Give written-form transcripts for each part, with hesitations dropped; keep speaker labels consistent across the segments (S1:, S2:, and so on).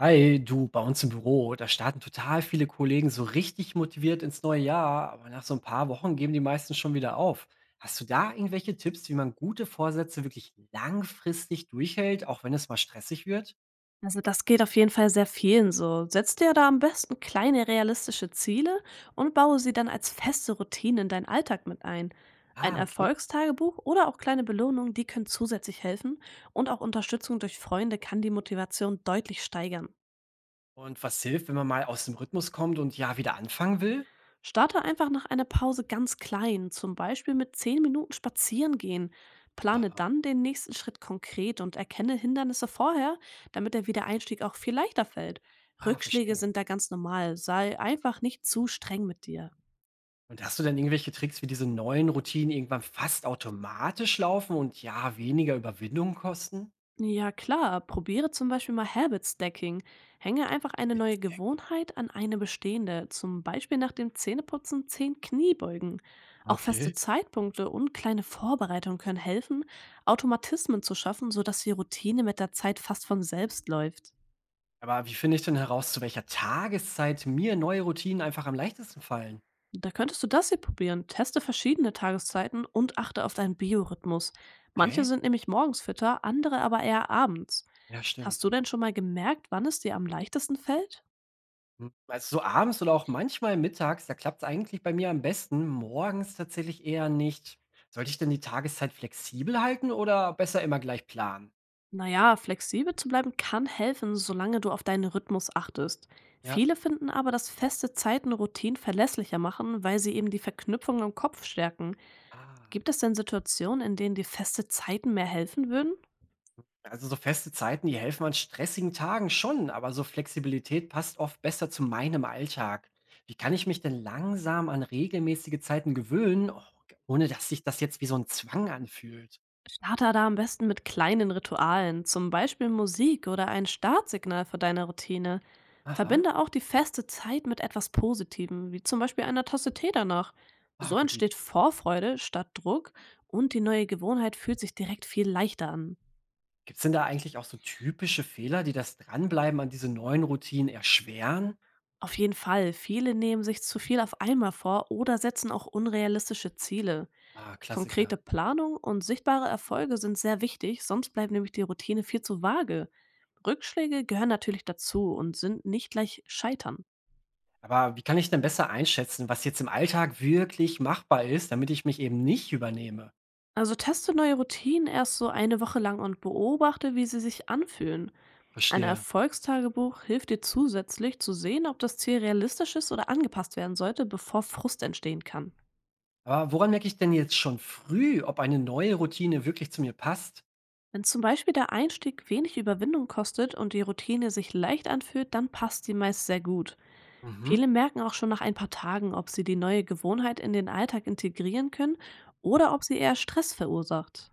S1: Hi, du, bei uns im Büro, da starten total viele Kollegen so richtig motiviert ins neue Jahr, aber nach so ein paar Wochen geben die meisten schon wieder auf. Hast du da irgendwelche Tipps, wie man gute Vorsätze wirklich langfristig durchhält, auch wenn es mal stressig wird?
S2: Also das geht auf jeden Fall sehr vielen so. Setz dir da am besten kleine realistische Ziele und baue sie dann als feste Routine in deinen Alltag mit ein. Ein
S1: Ah, okay.
S2: Erfolgstagebuch oder auch kleine Belohnungen, die können zusätzlich helfen und auch Unterstützung durch Freunde kann die Motivation deutlich steigern.
S1: Und was hilft, wenn man mal aus dem Rhythmus kommt und ja wieder anfangen will?
S2: Starte einfach nach einer Pause ganz klein, zum Beispiel mit 10 Minuten spazieren gehen. Plane
S1: Aha.
S2: dann den nächsten Schritt konkret und erkenne Hindernisse vorher, damit der Wiedereinstieg auch viel leichter fällt.
S1: Ah,
S2: Rückschläge
S1: verstehe.
S2: sind da ganz normal, sei einfach nicht zu streng mit dir.
S1: Und hast du denn irgendwelche Tricks, wie diese neuen Routinen irgendwann fast automatisch laufen und ja weniger Überwindung kosten?
S2: Ja, klar. Probiere zum Beispiel mal Habit Stacking. Hänge einfach eine neue
S1: Witzig.
S2: Gewohnheit an eine bestehende. Zum Beispiel nach dem Zähneputzen 10 Kniebeugen. Auch feste
S1: Okay.
S2: Zeitpunkte und kleine Vorbereitungen können helfen, Automatismen zu schaffen, sodass die Routine mit der Zeit fast von selbst läuft.
S1: Aber wie finde ich denn heraus, zu welcher Tageszeit mir neue Routinen einfach am leichtesten fallen?
S2: Da könntest du das hier probieren. Teste verschiedene Tageszeiten und achte auf deinen Biorhythmus. Manche
S1: Okay.
S2: sind nämlich morgens fitter, andere aber eher abends.
S1: Ja,
S2: Hast
S1: stimmt.
S2: du denn schon mal gemerkt, wann es dir am leichtesten fällt?
S1: Hm. Also so abends oder auch manchmal mittags, da klappt es eigentlich bei mir am besten, morgens tatsächlich eher nicht. Sollte ich denn die Tageszeit flexibel halten oder besser immer gleich planen?
S2: Naja, flexibel zu bleiben kann helfen, solange du auf deinen Rhythmus achtest.
S1: Ja.
S2: Viele finden aber, dass feste Zeiten Routinen verlässlicher machen, weil sie eben die Verknüpfung im Kopf stärken.
S1: Ah.
S2: Gibt es denn Situationen, in denen dir feste Zeiten mehr helfen würden?
S1: Also so feste Zeiten, die helfen an stressigen Tagen schon, aber so Flexibilität passt oft besser zu meinem Alltag. Wie kann ich mich denn langsam an regelmäßige Zeiten gewöhnen, oh, ohne dass sich das jetzt wie so ein Zwang anfühlt?
S2: Starter da am besten mit kleinen Ritualen, zum Beispiel Musik oder ein Startsignal für deine Routine.
S1: Aha,
S2: Verbinde auch die feste Zeit mit etwas Positivem, wie zum Beispiel einer Tasse Tee danach.
S1: ah,
S2: So
S1: gute
S2: entsteht
S1: Idee.
S2: Vorfreude statt Druck und die neue Gewohnheit fühlt sich direkt viel leichter an.
S1: Gibt es denn da eigentlich auch so typische Fehler, die das Dranbleiben an diese neuen Routinen erschweren?
S2: Auf jeden Fall, viele nehmen sich zu viel auf einmal vor oder setzen auch unrealistische Ziele.
S1: Ah, Klassiker.
S2: Konkrete Planung und sichtbare Erfolge sind sehr wichtig, sonst bleibt nämlich die Routine viel zu vage. Rückschläge gehören natürlich dazu und sind nicht gleich Scheitern.
S1: Aber wie kann ich denn besser einschätzen, was jetzt im Alltag wirklich machbar ist, damit ich mich eben nicht übernehme?
S2: Also teste neue Routinen erst so eine Woche lang und beobachte, wie sie sich anfühlen. Ein
S1: Verstehe.
S2: Erfolgstagebuch hilft dir zusätzlich zu sehen, ob das Ziel realistisch ist oder angepasst werden sollte, bevor Frust entstehen kann.
S1: Aber woran merke ich denn jetzt schon früh, ob eine neue Routine wirklich zu mir passt?
S2: Wenn zum Beispiel der Einstieg wenig Überwindung kostet und die Routine sich leicht anfühlt, dann passt die meist sehr gut.
S1: Mhm.
S2: Viele merken auch schon nach ein paar Tagen, ob sie die neue Gewohnheit in den Alltag integrieren können oder ob sie eher Stress verursacht.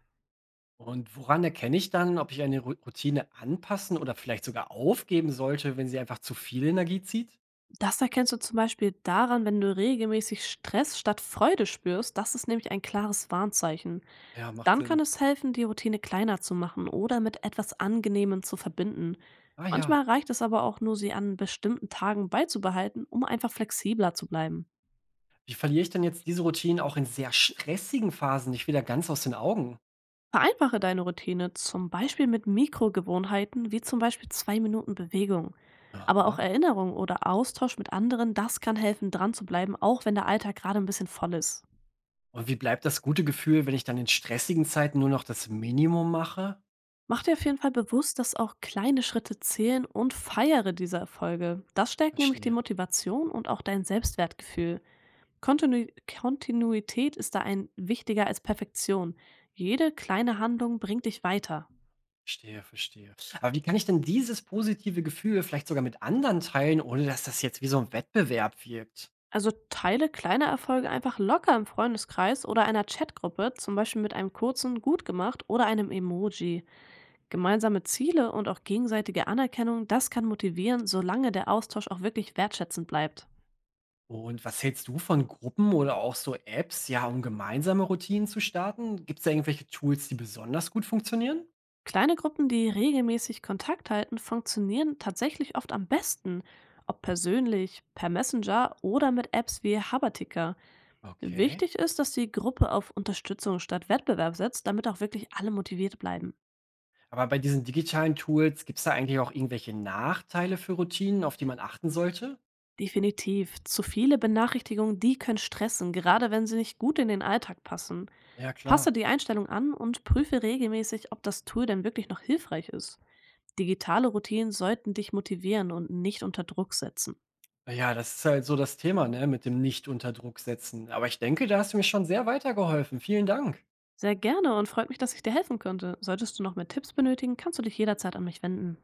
S1: Und woran erkenne ich dann, ob ich eine Routine anpassen oder vielleicht sogar aufgeben sollte, wenn sie einfach zu viel Energie zieht?
S2: Das erkennst du zum Beispiel daran, wenn du regelmäßig Stress statt Freude spürst. Das ist nämlich ein klares Warnzeichen.
S1: Ja, macht
S2: Dann
S1: Sinn.
S2: kann es helfen, die Routine kleiner zu machen oder mit etwas Angenehmem zu verbinden.
S1: Ah ja.
S2: Manchmal reicht es aber auch nur, sie an bestimmten Tagen beizubehalten, um einfach flexibler zu bleiben.
S1: Wie verliere ich denn jetzt diese Routinen auch in sehr stressigen Phasen nicht wieder ganz aus den Augen?
S2: Vereinfache deine Routine, zum Beispiel mit Mikrogewohnheiten, wie zum Beispiel 2 Minuten Bewegung. Aber auch
S1: Aha.
S2: Erinnerung oder Austausch mit anderen, das kann helfen, dran zu bleiben, auch wenn der Alltag gerade ein bisschen voll ist.
S1: Und wie bleibt das gute Gefühl, wenn ich dann in stressigen Zeiten nur noch das Minimum mache?
S2: Mach dir auf jeden Fall bewusst, dass auch kleine Schritte zählen und feiere diese Erfolge. Das stärkt nämlich die
S1: Verstehe.
S2: Motivation und auch dein Selbstwertgefühl. Kontinuität ist da ein wichtiger als Perfektion. Jede kleine Handlung bringt dich weiter.
S1: Verstehe, verstehe. Aber wie kann ich denn dieses positive Gefühl vielleicht sogar mit anderen teilen, ohne dass das jetzt wie so ein Wettbewerb wirkt?
S2: Also teile kleine Erfolge einfach locker im Freundeskreis oder einer Chatgruppe, zum Beispiel mit einem kurzen Gut gemacht oder einem Emoji.
S1: Ja.
S2: Gemeinsame Ziele und auch gegenseitige Anerkennung, das kann motivieren, solange der Austausch auch wirklich wertschätzend bleibt.
S1: Und was hältst du von Gruppen oder auch so Apps, ja, um gemeinsame Routinen zu starten? Gibt's da irgendwelche Tools, die besonders gut funktionieren?
S2: Kleine Gruppen, die regelmäßig Kontakt halten, funktionieren tatsächlich oft am besten, ob persönlich, per Messenger oder mit Apps wie Haberticker.
S1: Okay.
S2: Wichtig ist, dass die Gruppe auf Unterstützung statt Wettbewerb setzt, damit auch wirklich alle motiviert bleiben.
S1: Aber bei diesen digitalen Tools, gibt es da eigentlich auch irgendwelche Nachteile für Routinen, auf die man achten sollte?
S2: Definitiv. Zu viele Benachrichtigungen, die können stressen, gerade wenn sie nicht gut in den Alltag passen.
S1: Ja, klar.
S2: Passe die Einstellung an und prüfe regelmäßig, ob das Tool denn wirklich noch hilfreich ist. Digitale Routinen sollten dich motivieren und nicht unter Druck setzen.
S1: Ja, das ist halt so das Thema, ne, mit dem nicht unter Druck setzen. Aber ich denke, da hast du mir schon sehr weitergeholfen. Vielen Dank.
S2: Sehr gerne und freut mich, dass ich dir helfen konnte. Solltest du noch mehr Tipps benötigen, kannst du dich jederzeit an mich wenden.